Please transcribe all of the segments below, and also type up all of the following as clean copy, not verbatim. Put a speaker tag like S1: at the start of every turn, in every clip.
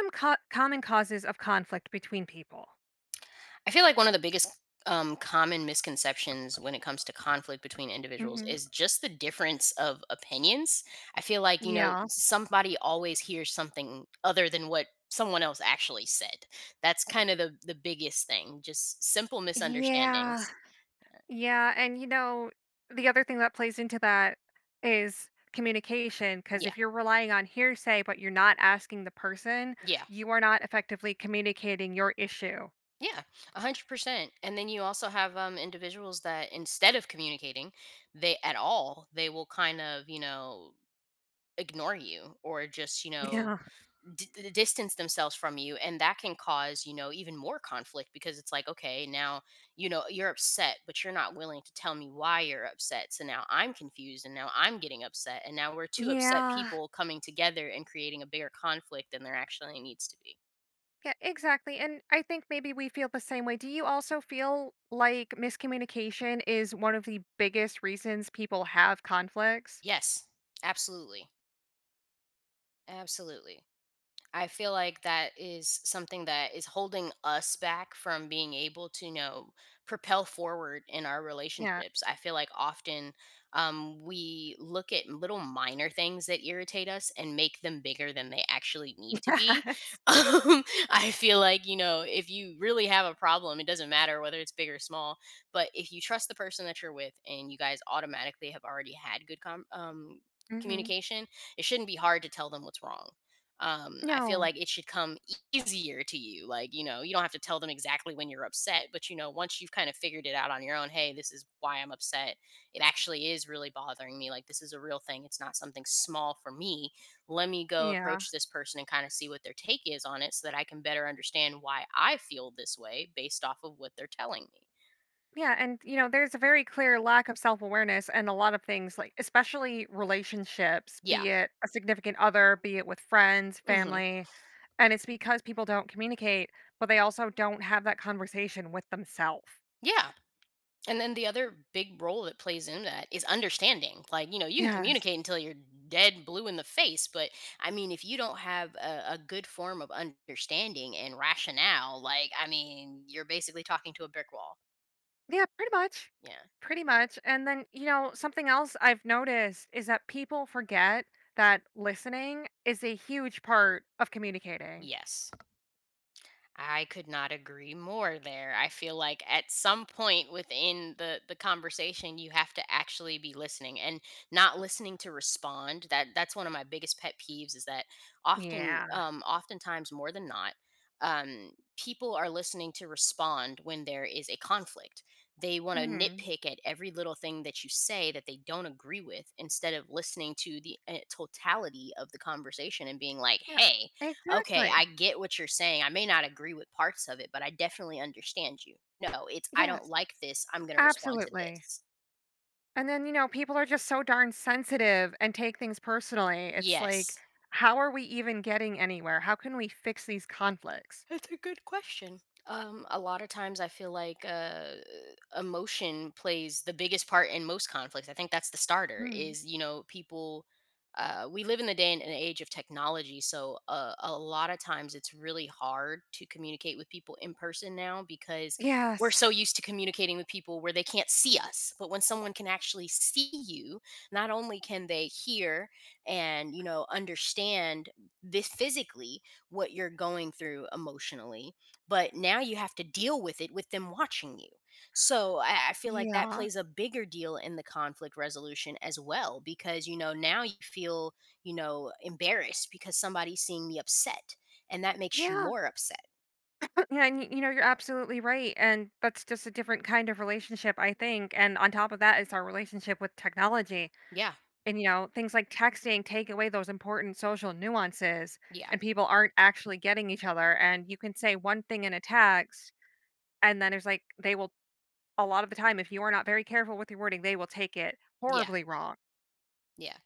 S1: Some common causes of conflict between people.
S2: I feel like one of the biggest common misconceptions when it comes to conflict between individuals
S1: Hmm.
S2: is just the difference of opinions. I feel like, you know,
S1: Yeah.
S2: somebody always hears something other than what someone else actually said. That's kind of the biggest thing, just simple
S1: Yeah.
S2: misunderstandings.
S1: Yeah. And, you know, the other thing that plays into that is communication. Because
S2: Yeah.
S1: if you're relying on hearsay, but you're not asking the person,
S2: Yeah.
S1: you are not effectively communicating your issue.
S2: Yeah. 100%. And then you also have individuals that instead of communicating, they at all, they will kind of, you know, ignore you or just, you know,
S1: Yeah.
S2: distance themselves from you, and that can cause, you know, even more conflict, because it's like, okay, now you know you're upset but you're not willing to tell me why you're upset, so now I'm confused and now I'm getting upset and now we're two upset
S1: Yeah.
S2: people coming together and creating a bigger conflict than there actually needs to be.
S1: Yeah, exactly. And I think maybe we feel the same way. Do you also feel like miscommunication is one of the biggest reasons people have conflicts?
S2: Yes, absolutely, absolutely. I feel like that is something that is holding us back from being able to, you know, propel forward in our
S1: Yeah.
S2: relationships. I feel like often we look at little minor things that irritate us and make them bigger than they actually need to be.
S1: Yes.
S2: Um, I feel like, you know, if you really have a problem, it doesn't matter whether it's big or small, but if you trust the person that you're with and you guys automatically have already had good
S1: Mhm.
S2: communication, it shouldn't be hard to tell them what's wrong. I feel
S1: No.
S2: like it should come easier to you. Like, you know, you don't have to tell them exactly when you're upset, but, you know, once you've kind of figured it out on your own, hey, this is why I'm upset. It actually is really bothering me. Like, this is a real thing. It's not something small for me. Let me go
S1: Yeah.
S2: approach this person and kind of see what their take is on it so that I can better understand why I feel this way based off of what they're telling me.
S1: Yeah, and, you know, there's a very clear lack of self-awareness and a lot of things, like, especially relationships,
S2: Yeah.
S1: be it a significant other, be it with friends,
S2: Hmm.
S1: family, and it's because people don't communicate, but they also don't have that conversation with themselves.
S2: Yeah. And then the other big role that plays in that is understanding. Like, you know, you can
S1: Yes.
S2: communicate until you're dead blue in the face, but I mean, if you don't have a, good form of understanding and rationale, like, I mean, you're basically talking to a brick wall.
S1: Yeah, pretty much.
S2: Yeah.
S1: Pretty much, and then, you know, something else I've noticed is that people forget that listening is a huge part of communicating.
S2: Yes. I could not agree more there. I feel like at some point within the conversation you have to actually be listening and not listening to respond. That's one of my biggest pet peeves, is that often
S1: Yeah.
S2: oftentimes more than not people are listening to respond when there is a conflict. They want to
S1: Mhm.
S2: nitpick at every little thing that you say that they don't agree with instead of listening to the totality of the conversation and being like,
S1: Yeah.
S2: "Hey, okay, I
S1: Exactly.
S2: get what you're saying. I may not agree with parts of it, but I definitely understand you." No, it's I don't
S1: Yes,
S2: like this. I'm going to respond to
S1: absolutely.
S2: this.
S1: And then, you know, people are just so darn sensitive and take things personally. It's like,
S2: Yes.
S1: how are we even getting anywhere? How can we fix these conflicts?
S2: That's a good question. A lot of times I feel like emotion plays the biggest part in most conflicts. I think that's the starter,
S1: Hmm.
S2: is, you know, people, we live in the day and an age of technology. So a lot of times it's really hard to communicate with people in person now, because we're
S1: Yes.
S2: so used to communicating with people where they can't see us. But when someone can actually see you, not only can they hear and, you know, understand this physically, what you're going through emotionally, but now you have to deal with it with them watching you. So I feel like that
S1: Yeah.
S2: plays a bigger deal in the conflict resolution as well, because, you know, now you feel, you know, embarrassed because somebody's seeing me upset, and that makes you
S1: Yeah.
S2: more upset.
S1: Yeah. And, you know, you're absolutely right. And that's just a different kind of relationship, I think. And on top of that is our relationship with technology.
S2: Yeah.
S1: And, you know, things like texting take away those important social nuances,
S2: Yeah.
S1: and people aren't actually getting each other. And you can say one thing in a text. And then it's like they will, a lot of the time, if you are not very careful with your wording, they will take it
S2: Yeah.
S1: horribly wrong.
S2: Yeah.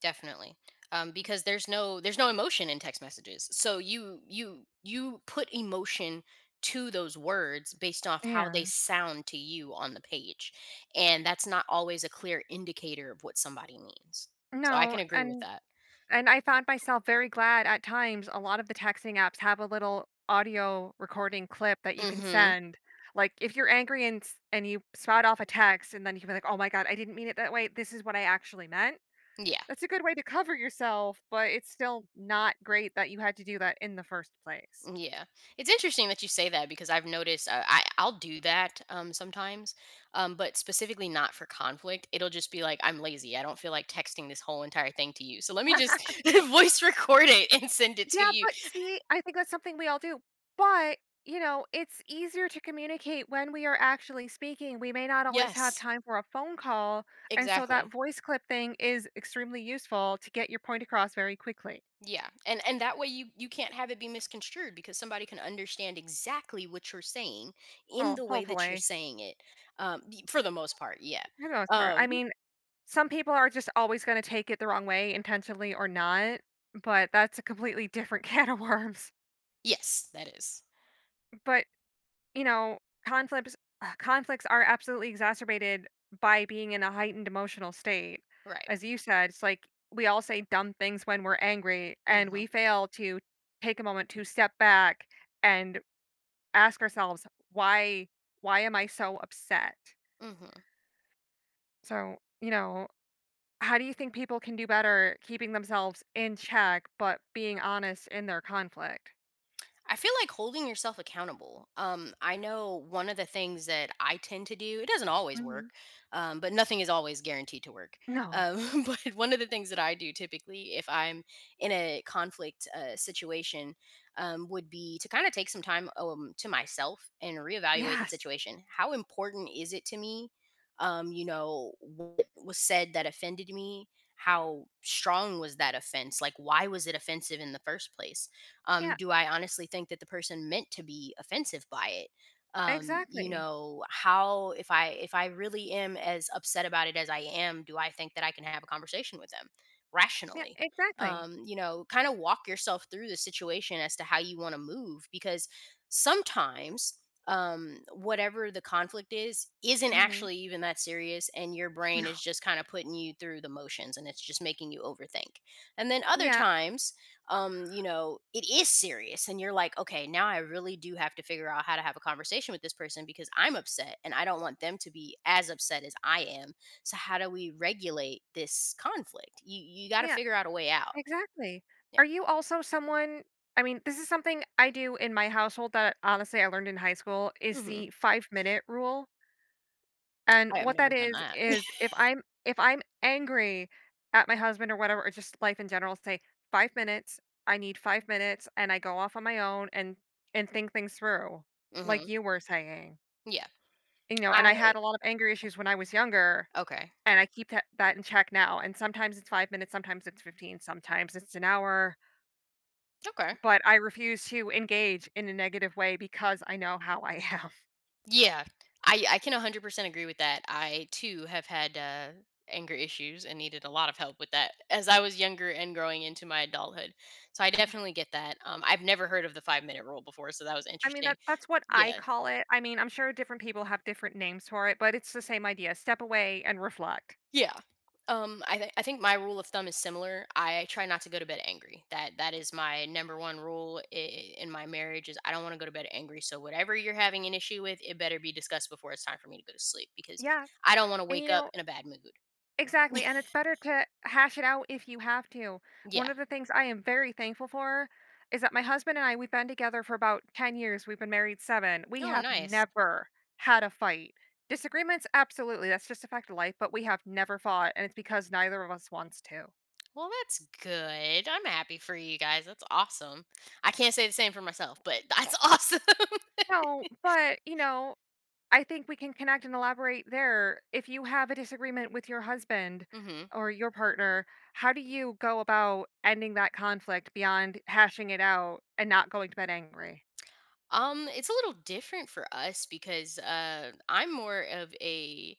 S2: Definitely. Because there's no emotion in text messages. So you put emotion to those words based off how they
S1: Yeah.
S2: sound to you on the page. And that's not always a clear indicator of what somebody means. So I
S1: No,
S2: can agree with
S1: and
S2: that.
S1: and I found myself very glad at times a lot of the texting apps have a little audio recording clip that you can
S2: Mhm.
S1: send. Like if you're angry and and you spout off a text and then you can be like, "Oh my god, I didn't mean it that way. This is what I actually meant."
S2: Yeah.
S1: That's a good way to cover yourself, but it's still not great that you had to do that in the first place.
S2: Yeah, it's interesting that you say that, because I've noticed I'll do that sometimes, but specifically not for conflict. It'll just be like, I'm lazy. I don't feel like texting this whole entire thing to you. So let me just voice record it and send it to
S1: Yeah,
S2: you.
S1: but see, I think that's something we all do. But, you know, it's easier to communicate when we are actually speaking. We may not always have
S2: Yes,
S1: time for a phone call. And so
S2: exactly.
S1: that voice clip thing is extremely useful to get your point across very quickly.
S2: Yeah, and that way you can't have it be misconstrued, because somebody can understand exactly what you're saying in the
S1: Oh,
S2: way that you're
S1: hopefully.
S2: saying it. For the most part, yeah.
S1: For the most part. I
S2: Um,
S1: mean, some people are just always going to take it the wrong way, intentionally or not. But that's a completely different can of worms.
S2: yes, that is
S1: But you know, conflicts conflicts are absolutely exacerbated by being in a heightened emotional state.
S2: right.
S1: As you said, it's like we all say dumb things when we're angry and
S2: Mm-hmm.
S1: we fail to take a moment to step back and ask ourselves why why am I so upset?
S2: Mm-hmm.
S1: So, you know, how do you think people can do better keeping themselves in check but being honest in their conflict?
S2: I feel like holding yourself accountable. I know one of the things that I tend to do, it doesn't always
S1: Mhm.
S2: work, but nothing is always guaranteed to work.
S1: No.
S2: But one of the things that I do typically, if I'm in a conflict situation, would be to kind of take some time to myself and reevaluate the
S1: Yes.
S2: situation. How important is it to me? You know, what was said that offended me? How strong was that offense? Like, why was it offensive in the first place?
S1: Yeah,
S2: Do I honestly think that the person meant to be offensive by it? You
S1: exactly.
S2: know, how, if I really am as upset about it as I am, do I think that I can have a conversation with them
S1: Yeah,
S2: rationally?
S1: exactly.
S2: You know, kind of walk yourself through the situation as to how you want to move, because sometimes whatever the conflict is isn't
S1: Mhm.
S2: actually even that serious and your brain is just kind of putting you through the motions and it's just making you overthink, and then other
S1: Yeah,
S2: times you know it is serious and you're like, okay, now I really do have to figure out how to have a conversation with this person because I'm upset and I don't want them to be as upset as I am, so how do we regulate this conflict? You got to
S1: yeah,
S2: figure out a way out.
S1: exactly.
S2: Yeah.
S1: Are you also someone, I mean, this is something I do in my household that honestly I learned in high school, is
S2: Hmm.
S1: the 5-minute rule. And
S2: I have
S1: what
S2: never
S1: that
S2: done that.
S1: is if I'm angry at my husband or whatever, or just life in general, say 5 minutes, I need 5 minutes and I go off on my own and think things through like
S2: Hmm.
S1: you were saying.
S2: Yeah.
S1: You know, and I
S2: I.
S1: had a lot of anger issues when I was younger.
S2: Okay.
S1: And I keep that in check now, and sometimes it's 5 minutes, sometimes it's 15, sometimes it's an hour,
S2: Okay.
S1: but I refuse to engage in a negative way because I know how I am.
S2: Yeah, I can 100% agree with that. I too have had anger issues and needed a lot of help with that as I was younger and growing into my adulthood. So I definitely get that. I've never heard of the 5-minute rule before, so that was
S1: I mean,
S2: interesting.
S1: that's what I
S2: Yeah,
S1: call it. I mean, I'm sure different people have different names for it, but it's the same idea, step away and reflect.
S2: yeah. I think my rule of thumb is similar. I try not to go to bed angry. That is my number one rule in my marriage. Is I don't want to go to bed angry. So whatever you're having an issue with, it better be discussed before it's time for me to go to sleep, because
S1: Yes,
S2: I don't want to
S1: and,
S2: wake
S1: you
S2: up
S1: know,
S2: in a bad mood.
S1: exactly, and it's better to hash it out if you have to.
S2: Yeah.
S1: One of the things I am very thankful for is that my husband and I, we've been together for about 10 years. We've been married 7. We
S2: Oh,
S1: have
S2: nice.
S1: never had a fight. Disagreements, absolutely. That's just a fact of life, but we have never fought, and it's because neither of us wants to.
S2: Well, that's good. I'm happy for you guys. That's awesome. I can't say the same for myself, but that's awesome.
S1: No, but you know, I think we can connect and elaborate there. If you have a disagreement with your husband
S2: Hmm.
S1: or your partner, how do you go about ending that conflict beyond hashing it out and not going to bed angry?
S2: It's a little different for us because I'm more of a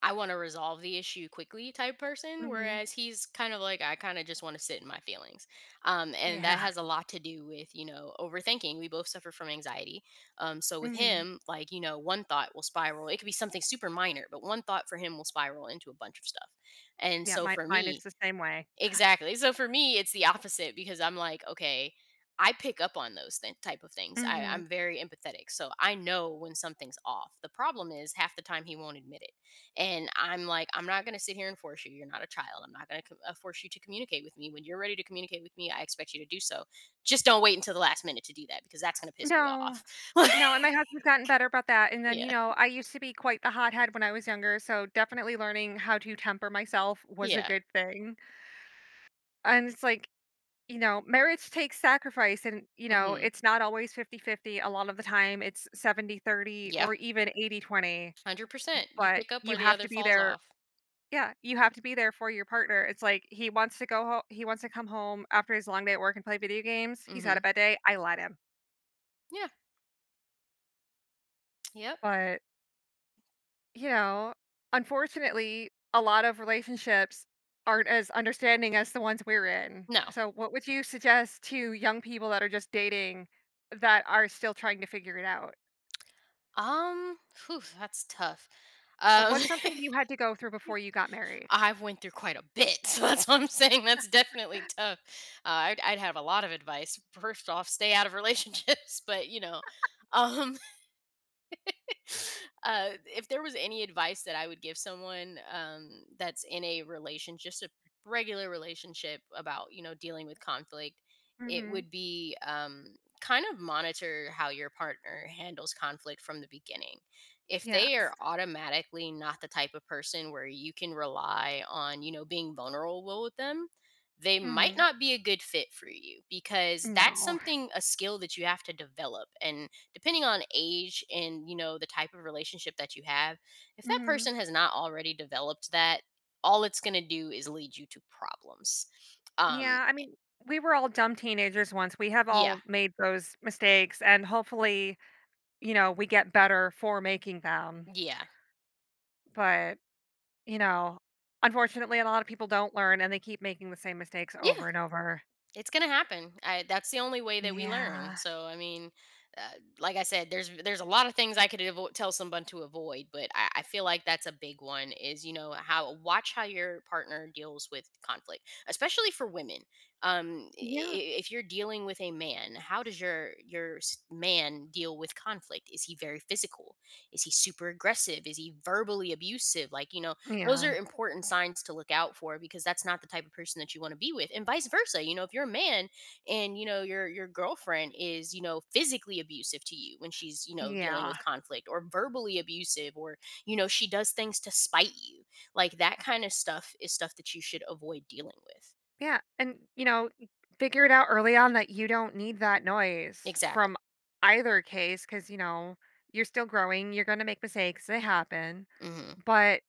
S2: I want to resolve the issue quickly type person,
S1: Mhm.
S2: whereas he's kind of like, I kind of just want to sit in my feelings. And that
S1: Yeah.
S2: has a lot to do with, you know, overthinking. We both suffer from anxiety. So with
S1: Mhm.
S2: him, like, you know, one thought will spiral. It could be something super minor, but one thought for him will spiral into a bunch of stuff. And
S1: Yeah,
S2: so
S1: mine
S2: for
S1: mine is
S2: me,
S1: the same way.
S2: exactly. So for me, it's the opposite, because I'm like, okay, I pick up on those type of things.
S1: Mhm.
S2: I'm very empathetic. So I know when something's off. The problem is half the time he won't admit it. And I'm like, I'm not going to sit here and force you. You're not a child. I'm not going to force you to communicate with me. When you're ready to communicate with me, I expect you to do so. Just don't wait until the last minute to do that, because that's going to piss me
S1: No.
S2: off.
S1: No, and my husband's gotten better about that, and then,
S2: Yeah.
S1: you know, I used to be quite the hothead when I was younger, so definitely learning how to temper myself was a
S2: Yeah.
S1: good thing, and it's like, you know, marriage takes sacrifice and, you know,
S2: Hmm.
S1: it's not always 50-50. A lot of the time it's 70-30
S2: Yeah.
S1: or even 80-20.
S2: 100%. You
S1: But
S2: pick up
S1: you
S2: where the
S1: have
S2: other
S1: to be
S2: falls
S1: there.
S2: off.
S1: Yeah, you have to be there for your partner. It's like he wants to go home. He wants to come home after his long day at work and play video games. He's had
S2: Hmm.
S1: a bad day, I let him.
S2: Yeah. Yep.
S1: But, you know, unfortunately, a lot of relationships aren't as understanding as the ones we're in.
S2: No.
S1: So what would you suggest to young people that are just dating, that are still trying to figure it out?
S2: Um, Whew, that's tough.
S1: Well,
S2: Um,
S1: what's something you had to go through before you got married?
S2: I've went through quite a bit, so that's what I'm saying. That's definitely tough. I'd have a lot of advice. First off, stay out of relationships, but you know, um, if there was any advice that I would give someone that's in a relation, just a regular relationship about, you know, dealing with conflict, it
S1: Mhm.
S2: would be kind of monitor how your partner handles conflict from the beginning. If they are
S1: Yes.
S2: automatically not the type of person where you can rely on, you know, being vulnerable with them, they might
S1: Mhm.
S2: not be a good fit for you, because that's
S1: No.
S2: something, a skill that you have to develop. And depending on age and, you know, the type of relationship that you have, if that
S1: Mhm.
S2: person has not already developed that, all it's going to do is lead you to problems. um
S1: Yeah, I mean, we were all dumb teenagers once. We have
S2: yeah.
S1: all made those mistakes, and hopefully, you know, we get better for making them.
S2: Yeah.
S1: But, you know, unfortunately, a lot of people don't learn and they keep making the same mistakes
S2: Yeah.
S1: over and over.
S2: It's gonna happen. I, that's the only way that we learn.
S1: Yeah.
S2: So I mean, uh, like I said, there's a lot of things I could tell someone to avoid, but I feel like that's a big one. Is, you know, how watch how your partner deals with conflict, especially for women.
S1: Yeah.
S2: If you're dealing with a man, how does man deal with conflict? Is he very physical? Is he super aggressive? Is he verbally abusive? Like, you know, those are
S1: Yeah.
S2: important signs to look out for, because that's not the type of person that you want to be with. And vice versa, you know, if you're a man and you know your girlfriend is, you know, physically abusive to you when she's, you know, dealing
S1: Yeah.
S2: with conflict or verbally abusive, or, you know, she does things to spite you. Like that kind of stuff is stuff that you should avoid dealing with.
S1: Yeah, and, you know, figure it out early on that you don't need that noise
S2: Exactly.
S1: from either case, because you know, you're still growing, you're gonna make mistakes, they happen,
S2: Mhm.
S1: but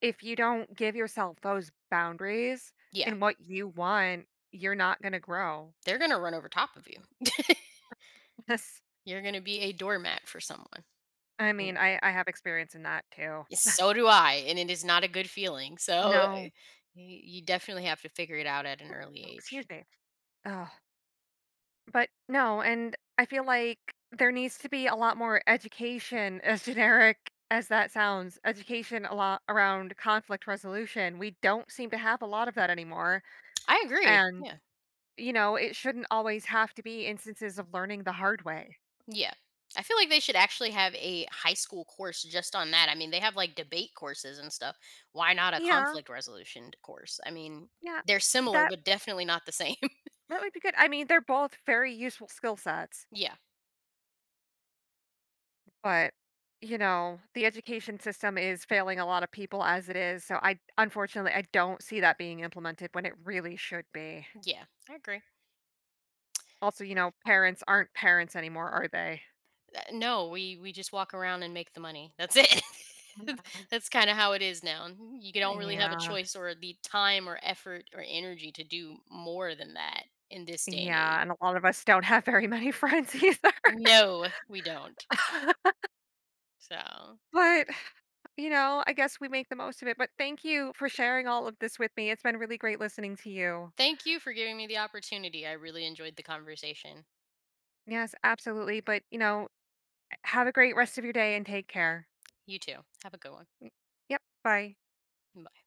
S1: if you don't give yourself those boundaries
S2: Yeah.
S1: and what you want, you're not gonna grow.
S2: They're going to run over top of you.
S1: This,
S2: You're going to be a doormat for someone.
S1: I mean, I have experience in that too.
S2: Yes, so do I, and it is not a good feeling. So, y
S1: No.
S2: you definitely have to figure it out at an early
S1: No,
S2: age.
S1: excuse me. Oh. But no, and I feel like there needs to be a lot more education, as generic as that sounds, education a lot around conflict resolution. We don't seem to have a lot of that anymore.
S2: I agree.
S1: And,
S2: Yeah.
S1: you know, it shouldn't always have to be instances of learning the hard way.
S2: Yeah. I feel like they should actually have a high school course just on that. I mean, they have, like, debate courses and stuff. Why not a
S1: Yeah,
S2: conflict resolution course? I mean,
S1: yeah.
S2: they're similar,
S1: That
S2: but definitely not the same.
S1: that would be good. I mean, they're both very useful skill sets,
S2: Yeah.
S1: but you know, the education system is failing a lot of people as it is. So I, unfortunately, I don't see that being implemented when it really should be.
S2: Yeah. I agree.
S1: Also, you know, parents aren't parents anymore, are they?
S2: No, we just walk around and make the money. That's it.
S1: Yeah.
S2: That's kind of how it is now. You don't really have a
S1: Yeah.
S2: choice or the time or effort or energy to do more than that in this day and age.
S1: Yeah, and a lot of us don't have very many friends either.
S2: No, we don't. So,
S1: But, you know, I guess we make the most of it, but thank you for sharing all of this with me. It's been really great listening to you.
S2: thank you for giving me the opportunity. I really enjoyed the conversation.
S1: Yes, absolutely, but, you know, have a great rest of your day and take care.
S2: You too. Have a good one.
S1: Y Yep, bye.
S2: Bye.